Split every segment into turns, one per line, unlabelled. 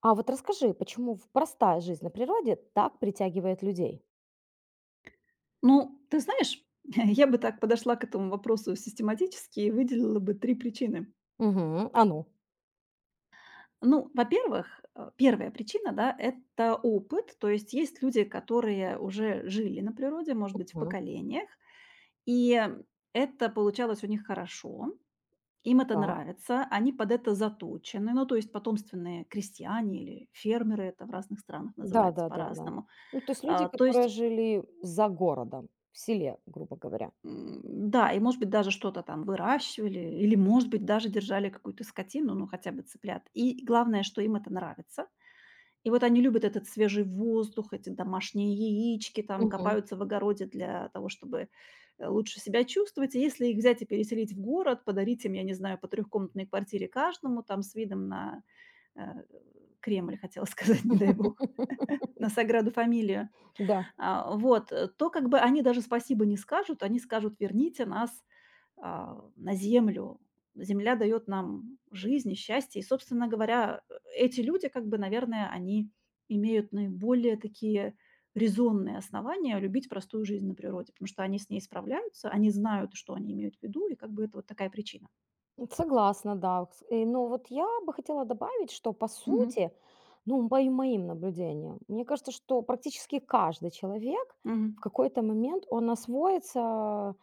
А вот расскажи, почему в простая жизнь на природе так притягивает людей?
Ну, ты знаешь, я бы так подошла к этому вопросу систематически и выделила бы 3 причины.
Мгм. А ну.
Ну, во-первых, 1-я причина, да, это опыт. То есть есть люди, которые уже жили на природе, может быть, в
Мгм.
поколениях, и это получалось у них хорошо, им это
Да.
нравится, они под это заточены. Ну, то есть потомственные крестьяне или фермеры, это в разных странах называется
Да-да-да-да.
по-разному.
Ну, то есть люди,
То
которые
есть
жили за городом, в селе, грубо говоря.
Да, и, может быть, даже что-то там выращивали или, может быть, даже держали какую-то скотину, ну, хотя бы цыплят. И главное, что им это нравится. И вот они любят этот свежий воздух, эти домашние яички, там
Мгм.
копаются в огороде для того, чтобы, лучше себя чувствовать. И если их взять и переселить в город, подарить им, я не знаю, по трехкомнатной квартире каждому, там с видом на, э, Кремль, хотела сказать, не дай бог, на Саграду Фамилию.
Да.
То как бы они даже спасибо не скажут, они скажут: "Верните нас на землю. Земля дает нам жизнь и счастье. И, собственно говоря, эти люди, как бы, наверное, они имеют наиболее такие резонные основания любить простую жизнь на природе, потому что они с ней справляются, они знают, что они имеют в виду, и как бы это вот такая причина.
Согласна, да. Но вот я бы хотела добавить, что по
Мгм.
сути, ну, по и моим наблюдениям, мне кажется, что практически каждый человек
Мгм.
в какой-то момент он освоится,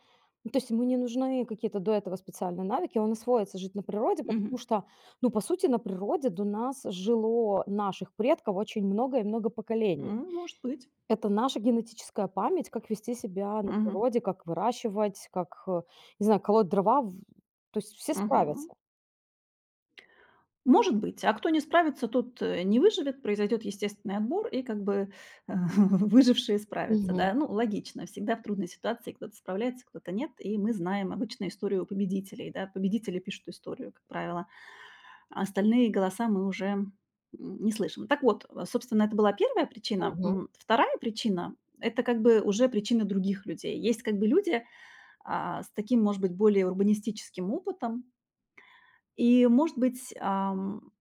ну, то есть ему не нужны какие-то до этого специальные навыки, он освоится жить на природе, потому
Мгм.
что, ну, по сути, на природе до нас жило наших предков очень много и много поколений.
М, может быть.
Это наша генетическая память, как вести себя на
Мгм.
природе, как выращивать, как, не знаю, колоть дрова. То есть все
Мгм.
справятся.
Может быть, а кто не справится, тот, не выживет, произойдет естественный отбор, и как бы, выжившие справятся,
Мгм,
да. Ну, логично, всегда в трудной ситуации кто-то справляется, кто-то нет, и мы знаем обычно историю победителей, да. Победители пишут историю, как правило, а остальные голоса мы уже, не слышим. Так вот, собственно, это была первая причина.
мгм.
2-я причина- это как бы уже причина других людей. Есть как бы люди, с таким, может быть, более урбанистическим опытом, и, может быть,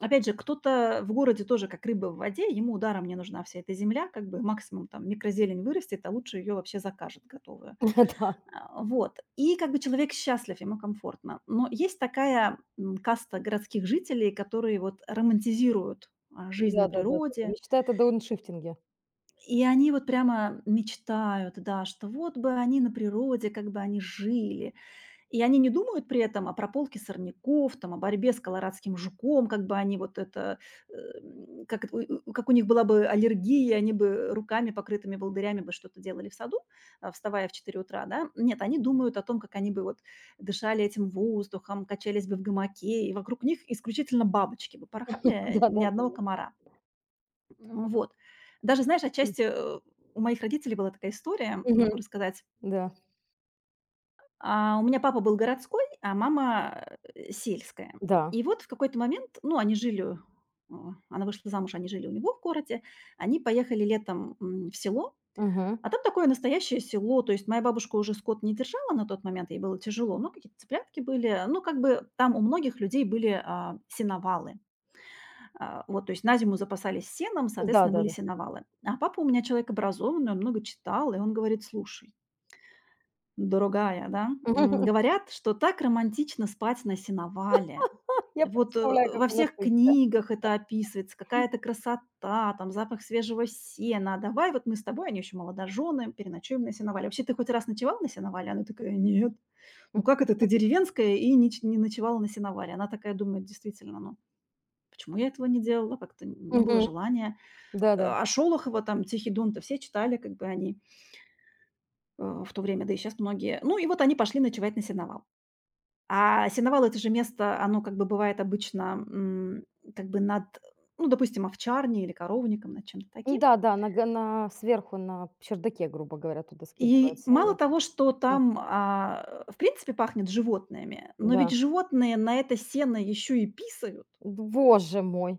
Опять же, кто-то в городе тоже как рыба в воде, ему ударом не нужна вся эта земля, как бы максимум там микрозелень вырастет, а лучше ее вообще закажет готовую.
Да.
Вот. И как бы человек счастлив, ему комфортно. Но есть такая каста городских жителей, которые вот романтизируют жизнь на
Да-да-да-да.
природе,
Мечтает о дауншифтинге.
и они вот прямо мечтают, да, что вот бы они на природе, как бы они жили, и они не думают при этом о прополке сорняков, там, о борьбе с колорадским жуком, как бы они вот это, как, это, у как у них была бы аллергия, они бы руками, покрытыми волдырями, бы что-то делали в саду, вставая в 4 утра, да. Нет, они думают о том, как они бы вот дышали этим воздухом, качались бы в гамаке, и вокруг них исключительно бабочки бы порхали, ни одного
Да-да-да-да.
комара. М, вот. Даже, знаешь, отчасти, у моих родителей была такая история,
Мгм.
могу рассказать.
Да.
У меня папа был городской, а мама, сельская.
Да.
И вот в какой-то момент, ну, они жили, э, она вышла замуж, они жили у него в городе, они поехали летом, в село,
Мгм.
а там такое настоящее село. То есть моя бабушка уже скот не держала на тот момент, ей было тяжело, но какие-то цыплятки были. Ну, как бы там у многих людей были, сеновалы. Вот, то есть на зиму запасались сеном, соответственно, были
Да-да-да.
сеновалы. А папа у меня человек образованный, он много читал, и он говорит: "Слушай, другая, да? Говорят, что так романтично спать на сеновале.
Я
Вот,
представляю, как
во
он
всех
отвлекся.
книгах это описывается, какая-то красота, там запах свежего сена. Давай вот мы с тобой, они еще молодожены, переночуем на сеновале. Вообще, ты хоть раз ночевал на сеновале? Она такая: "Нет". Ну как это ты деревенская и не ночевала на сеновале? Она такая думает: "Действительно, ну почему я этого не делала? Как-то не было
Мгм.
желания". Э,
Да-да.
а Шолохова там "Тихий Дон"-то все читали, как бы они, в то время, да и сейчас многие. Ну и вот они пошли ночевать на сеновал. А сеновал- это же место, оно как бы бывает обычно, как бы над, ну, допустим, овчарней или коровником, над чем-то таким.
Да-да, на сверху на чердаке, грубо говоря, туда
И
скидывается, и
мало
она.
того, что
М,
там, в принципе, пахнет животными, но ведь
да.
животные на это сено еще и писают.
Боже мой!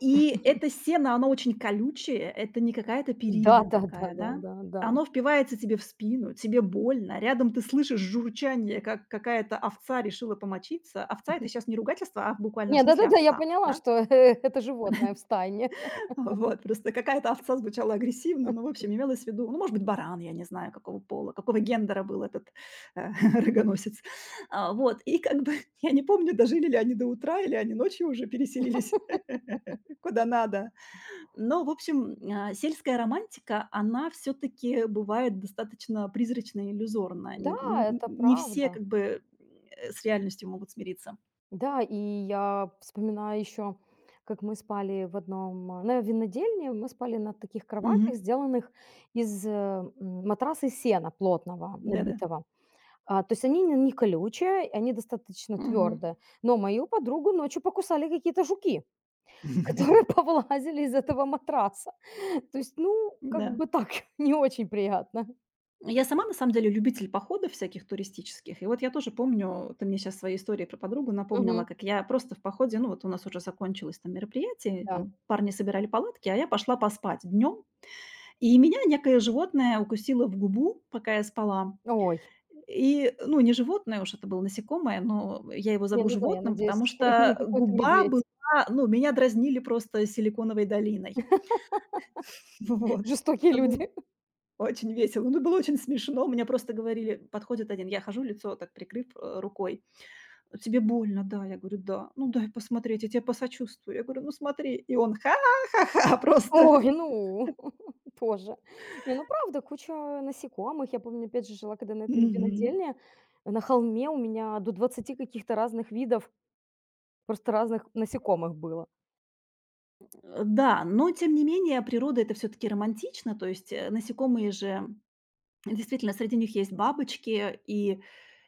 И это сено, оно очень колючее, это не какая-то перина такая, да.
Да-да-да-да-да-да.
Оно впивается тебе в спину, тебе больно. Рядом ты слышишь журчание, как какая-то овца решила помочиться. Овца- это сейчас не ругательство, а в буквальном
Не,
смысле
да-да-да, я
овца,
поняла,
да.
что это животное в стайне.
Вот, просто какая-то овца звучала агрессивно, но, в общем, имелось в виду, ну, может быть, баран, я не знаю, какого пола, какого гендера был этот э, рогоносец. Вот, и как бы я не помню, дожили ли они до утра, или они ночью уже переселились куда надо. Но, в общем, сельская романтика, она все-таки бывает достаточно призрачная, иллюзорна.
Да, это
Не все
правда.
как бы с реальностью могут смириться.
Да, и я вспоминаю еще, как мы спали в одном, на винодельне, мы спали на таких кроватях,
Мгм.
сделанных из матраса из сена плотного,
Да-да.
набитого. То есть они не колючие, они достаточно
Мгм.
твердые. Но мою подругу ночью покусали какие-то жуки, которые повылазили из этого матраса. То есть, ну, как
Да.
бы так, не очень приятно.
Я сама, на самом деле, любитель походов всяких туристических. И вот я тоже помню, ты мне сейчас своей историей про подругу напомнила,
Мгм.
как я просто в походе, ну вот у нас уже закончилось там мероприятие,
Да.
там парни собирали палатки, а я пошла поспать днем. И меня некое животное укусило в губу, пока я спала.
Ой,
И, ну, не животное уж, это было насекомое, но я его
не,
зову
ну да, я
животным,
надеюсь,
потому
не
что
какой-то
губа была,
медведь.
ну, меня дразнили просто силиконовой долиной.
Жестокие
Вот.
люди.
Очень весело. Ну, было очень смешно. Мне просто говорили, подходит один, я хожу, лицо вот так прикрыв рукой. Тебе больно, да? Я говорю, да. Ну, дай посмотреть, я тебе посочувствую. Я говорю, ну, смотри. И он ха-ха просто.
Ой, ну, тоже. Не, ну правда, куча насекомых. Я помню, опять же, жила когда на этом
Мгм.
винодельне, на холме у меня до двадцати каких-то разных видов, просто разных насекомых было.
Да, но тем не менее природа это все-таки романтично, то есть насекомые же Действительно, среди них есть бабочки, и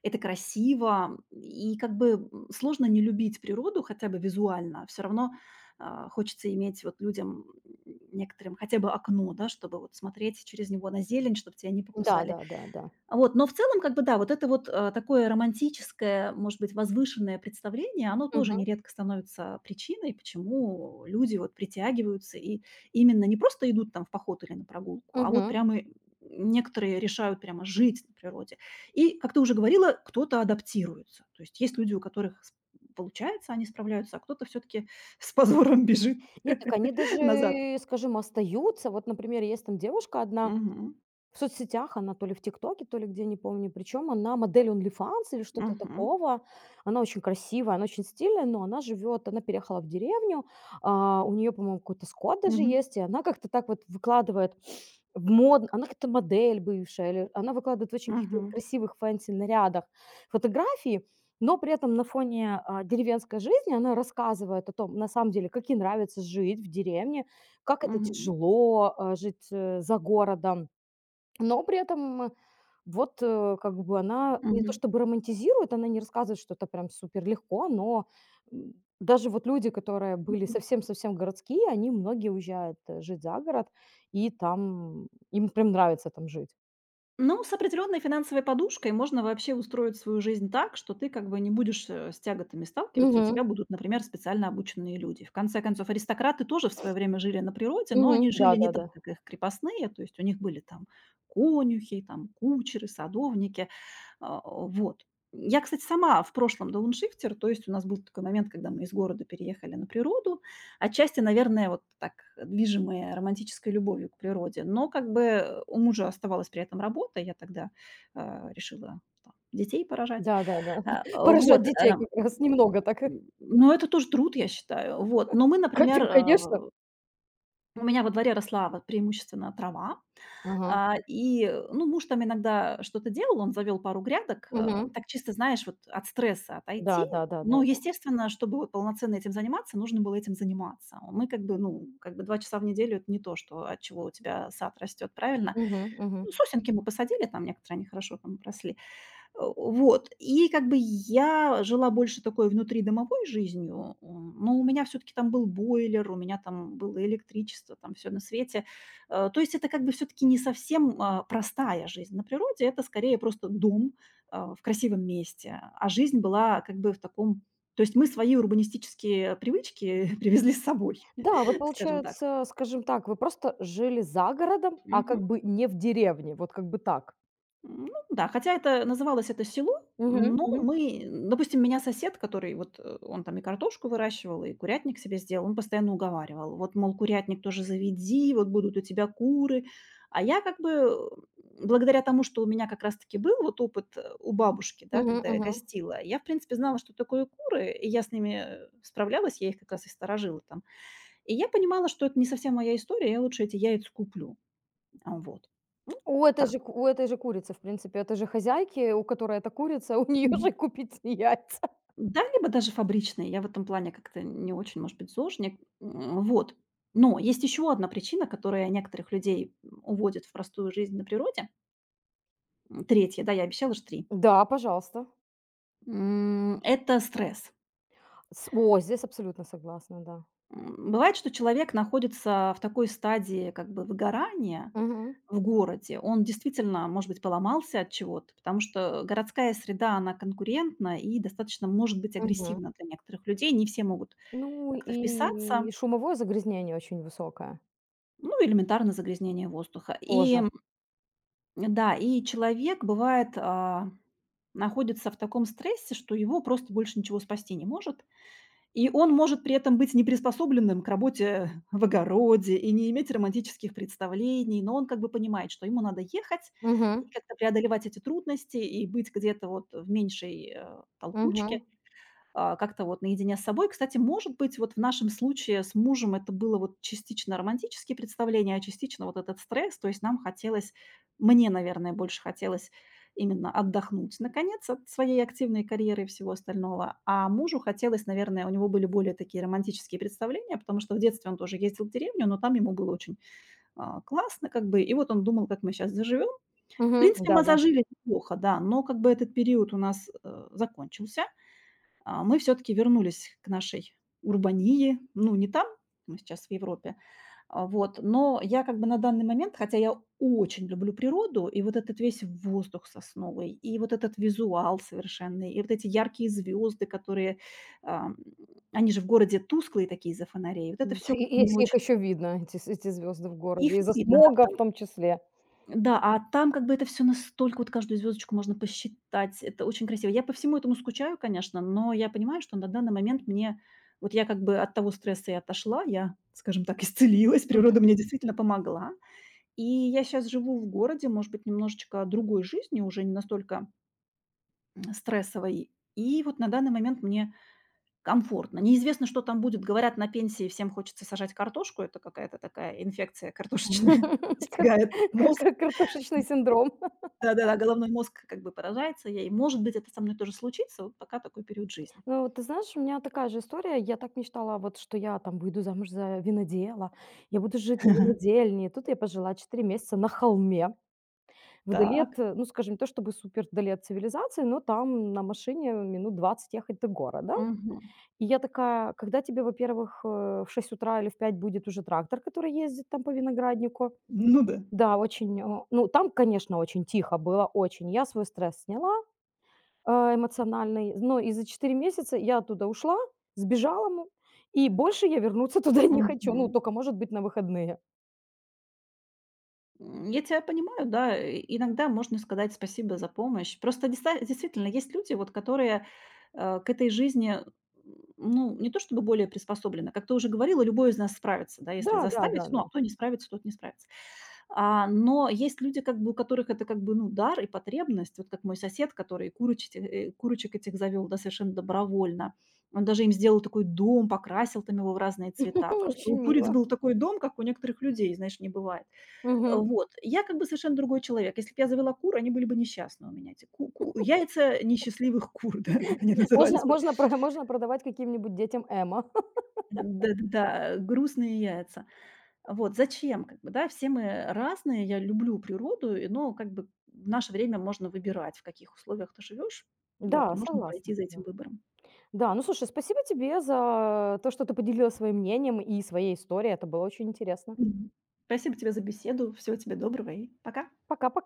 это красиво. И как бы, сложно не любить природу хотя бы визуально. Все равно, хочется иметь вот людям, некоторым хотя бы окно, да, чтобы вот смотреть через него на зелень, чтобы тебя не
Да,
покусали.
да, да, да.
Вот, но в целом, как бы, да, вот это вот, такое романтическое, может быть, возвышенное представление, оно тоже
Мгм,
нередко становится причиной, почему люди вот притягиваются и именно не просто идут там в поход или на прогулку, а вот
мгм.
прямо и некоторые решают прямо жить на природе. И, как ты уже говорила, кто-то адаптируется. То есть есть люди, у которых с получается, они справляются, а кто-то все таки с позором бежит
Нет, так они
назад.
даже, скажем, остаются. Вот, например, есть там девушка одна, в соцсетях, она то ли в "Тиктоке", то ли где, не помню. Причем она модель "Онлифанс" или что-то
Мгм.
такого. Она очень красивая, она очень стильная, но она переехала в деревню, у нее, по-моему, какой-то скот даже
Мгм.
есть, и она как-то так вот выкладывает в мод она как то модель бывшая, или она выкладывает в очень каких-то
Мгм.
красивых фэнси-нарядах фотографии, но при этом на фоне, деревенской жизни она рассказывает о том, на самом деле, как ей нравится жить в деревне, как это
Мгм.
тяжело, жить, за городом. Но при этом вот, как бы она не то
Мгм.
чтобы романтизирует, она не рассказывает, что это прям супер легко, но, м, даже вот люди, которые были
Мгм.
совсем-совсем городские, они многие уезжают, жить за город, и там им прям нравится там жить.
Ну, с определенной финансовой подушкой можно вообще устроить свою жизнь так, что ты как бы не будешь с тяготами сталкиваться. У
Мгм,
тебя будут, например, специально обученные люди. В конце концов, аристократы тоже в свое время жили на природе, но
мгм.
они жили не так,
Да-да-да.
как их крепостные. То есть у них были там конюхи, там кучеры, садовники. А, Вот. Я, кстати, сама в прошлом дауншифтер, то есть у нас был такой момент, когда мы из города переехали на природу, отчасти, наверное, вот так, движимые романтической любовью к природе. Но как бы у мужа оставалась при этом работа. Я тогда, решила там детей поражать,
Да-да-да.
А,
Поражать
вот,
детей как раз немного так.
но это тоже труд, я считаю. Вот, но мы, например,
Конечно.
у меня во дворе росла вот преимущественно трава.
Ага.
И, ну, муж там иногда что-то делал, он завел пару грядок. Э,
Мгм.
так чисто, знаешь, вот от стресса отойти. Но,
Да-да-да-да-да.
естественно, чтобы вот полноценно этим заниматься, нужно было этим заниматься. Мы как бы, ну, как бы 2 часа в неделю- это не то, что от чего у тебя сад растет, правильно?
Мгм, мгм.
Ну, сосенки мы посадили, там некоторые, они хорошо там росли. Вот. И как бы я жила больше такой внутридомовой жизнью, но у меня все таки там был бойлер, у меня там было электричество, там все на свете. То есть это как бы все таки не совсем, простая жизнь на природе, это скорее просто дом, в красивом месте. А жизнь была как бы в таком то есть мы свои урбанистические привычки привезли с собой,
Да, вы,
скажем так.
получается, скажем так, вы просто жили за городом, а как бы не в деревне, вот как бы так.
Ну да, хотя это называлось это село,
Мгм.
но
Мгм.
мы допустим, меня сосед, который вот, он там и картошку выращивал, и курятник себе сделал, он постоянно уговаривал: "Вот, мол, курятник тоже заведи, вот будут у тебя куры". А я как бы, благодаря тому, что у меня как раз таки был вот опыт, у бабушки, да,
Мгм,
когда я
мгм.
гостила, я, в принципе, знала, что такое куры, и я с ними, справлялась, я их как раз и сторожила там. И я понимала, что это не совсем моя история, я лучше эти яйца куплю. Вот. Ну,
У этой
так.
же ку у этой же курицы, в принципе, этой же хозяйки, у которой эта курица, у неё же купите яйца.
Да, либо даже фабричные. Я в этом плане как-то не очень, может быть, зожник. М, вот. Но есть еще одна причина, которая некоторых людей уводит в простую жизнь на природе. 3-я, да, я обещала же 3.
Да, пожалуйста.
Это стресс.
Здесь абсолютно согласна, да.
Бывает, что человек находится в такой стадии как бы выгорания
Мгм.
в городе. Он действительно, может быть, поломался от чего-то, потому что городская среда, она конкурентна и достаточно может быть
Мгм.
агрессивна для некоторых людей. Не все могут
Ну
как-то вписаться.
и шумовое загрязнение очень высокое
Ну, элементарно загрязнение воздуха.
тоже.
Да, и человек бывает, находится в таком стрессе, что его просто больше ничего спасти не может. И он может при этом быть неприспособленным к работе в огороде и не иметь романтических представлений, но он как бы понимает, что ему надо ехать и
Мгм.
как-то преодолевать эти трудности и быть где-то вот в меньшей,
Мгм.
толкучке как-то вот наедине с собой. Кстати, может быть, вот в нашем случае с мужем это было вот частично романтические представления, а частично вот этот стресс. То есть нам хотелось, мне, наверное, больше хотелось именно отдохнуть, наконец, от своей активной карьеры и всего остального. А мужу хотелось, наверное, у него были более такие романтические представления, потому что в детстве он тоже ездил в деревню, но там ему было очень классно, как бы. И вот он думал, как мы сейчас заживем. В
Мгм.
принципе, мы
Да-да.
зажили неплохо, да, но как бы этот период у нас закончился, мы все таки вернулись к нашей урбании. Ну, не там, мы сейчас в Европе, но я как бы на данный момент, хотя я очень люблю природу, и вот этот весь воздух сосновый, и вот этот визуал совершенный, и вот эти яркие звезды, которые, ам, они же в городе тусклые такие из-за фонарей. Вот это
М, ц
все
И
не
если их
очень,
еще видно, эти звезды в
их
городе,
не
из-за
видно,
смога
да,
в том числе.
да, а там как бы это все настолько, вот каждую звездочку можно посчитать. Это очень красиво. Я по всему этому скучаю, конечно, но я понимаю, что на данный момент мне, я как бы от того стресса и отошла, я, скажем так, исцелилась, природа мне действительно помогла. И я сейчас живу в городе, может быть, немножечко другой жизнью, уже не настолько стрессовой. И вот на данный момент мне комфортно. Неизвестно, что там будет. Говорят, на пенсии всем хочется сажать картошку. Это какая-то такая инфекция картошечная,
Кар
стигает
ка
мозг.
ка Картошечный синдром.
Да-да-да, головной мозг как бы поражается ей. Может быть, это со мной тоже случится, вот пока такой период жизни.
Ну, вот ты знаешь, у меня такая же история. Я так мечтала, вот что я там выйду замуж за винодела, я буду жить на винодельне. Тут я пожила 4 месяца на холме, вдали
Так.
от, ну, скажем, не то чтобы супер вдали от цивилизации, но там на машине минут 20 ехать до города.
Мгм.
И я такая, когда тебе, во-первых, в 6 утра или в 5 будет уже трактор, который ездит там по винограднику.
Ну да.
Да, очень, ну, там, конечно, очень тихо было, очень. Я свой стресс сняла, э, эмоциональный, но и за 4 месяца я оттуда ушла, сбежала, и больше я вернуться туда не хочу. Ну,
Мгм.
только, может быть, на выходные.
Я тебя понимаю, да, иногда можно сказать спасибо за помощь. Просто диста действительно есть люди, вот, которые, к этой жизни, ну, не то чтобы более приспособлены. Как ты уже говорила, любой из нас справится, да, если
Да, да, да,
заставить. Ну,
да.
а кто не справится, тот не справится. А, но есть люди, как бы, у которых это, как бы, ну, дар и потребность. Вот как мой сосед, который курочек этих завел, да, совершенно добровольно. Он даже им сделал такой дом, покрасил там его в разные цвета. Просто
Очень
у куриц
мило.
был такой дом, как у некоторых людей, знаешь, не бывает.
Мгм.
Я как бы совершенно другой человек. Если бы я завела кур, они были бы несчастны у меня, эти ку ку яйца несчастливых кур, да, они
Можно
назывались бы.
можно про можно продавать каким-нибудь детям эмо.
Да-да-да, грустные яйца. Вот, зачем, как бы, да, все мы разные, я люблю природу, и, но как бы в наше время можно выбирать, в каких условиях ты живешь. Вот,
Да,
можно
согласна,
пойти за этим
да.
выбором.
Да, ну, слушай, спасибо тебе за то, что ты поделилась своим мнением и своей историей. Это было очень интересно.
Мгм. Спасибо тебе за беседу, всего тебе доброго и пока.
Пока-пока.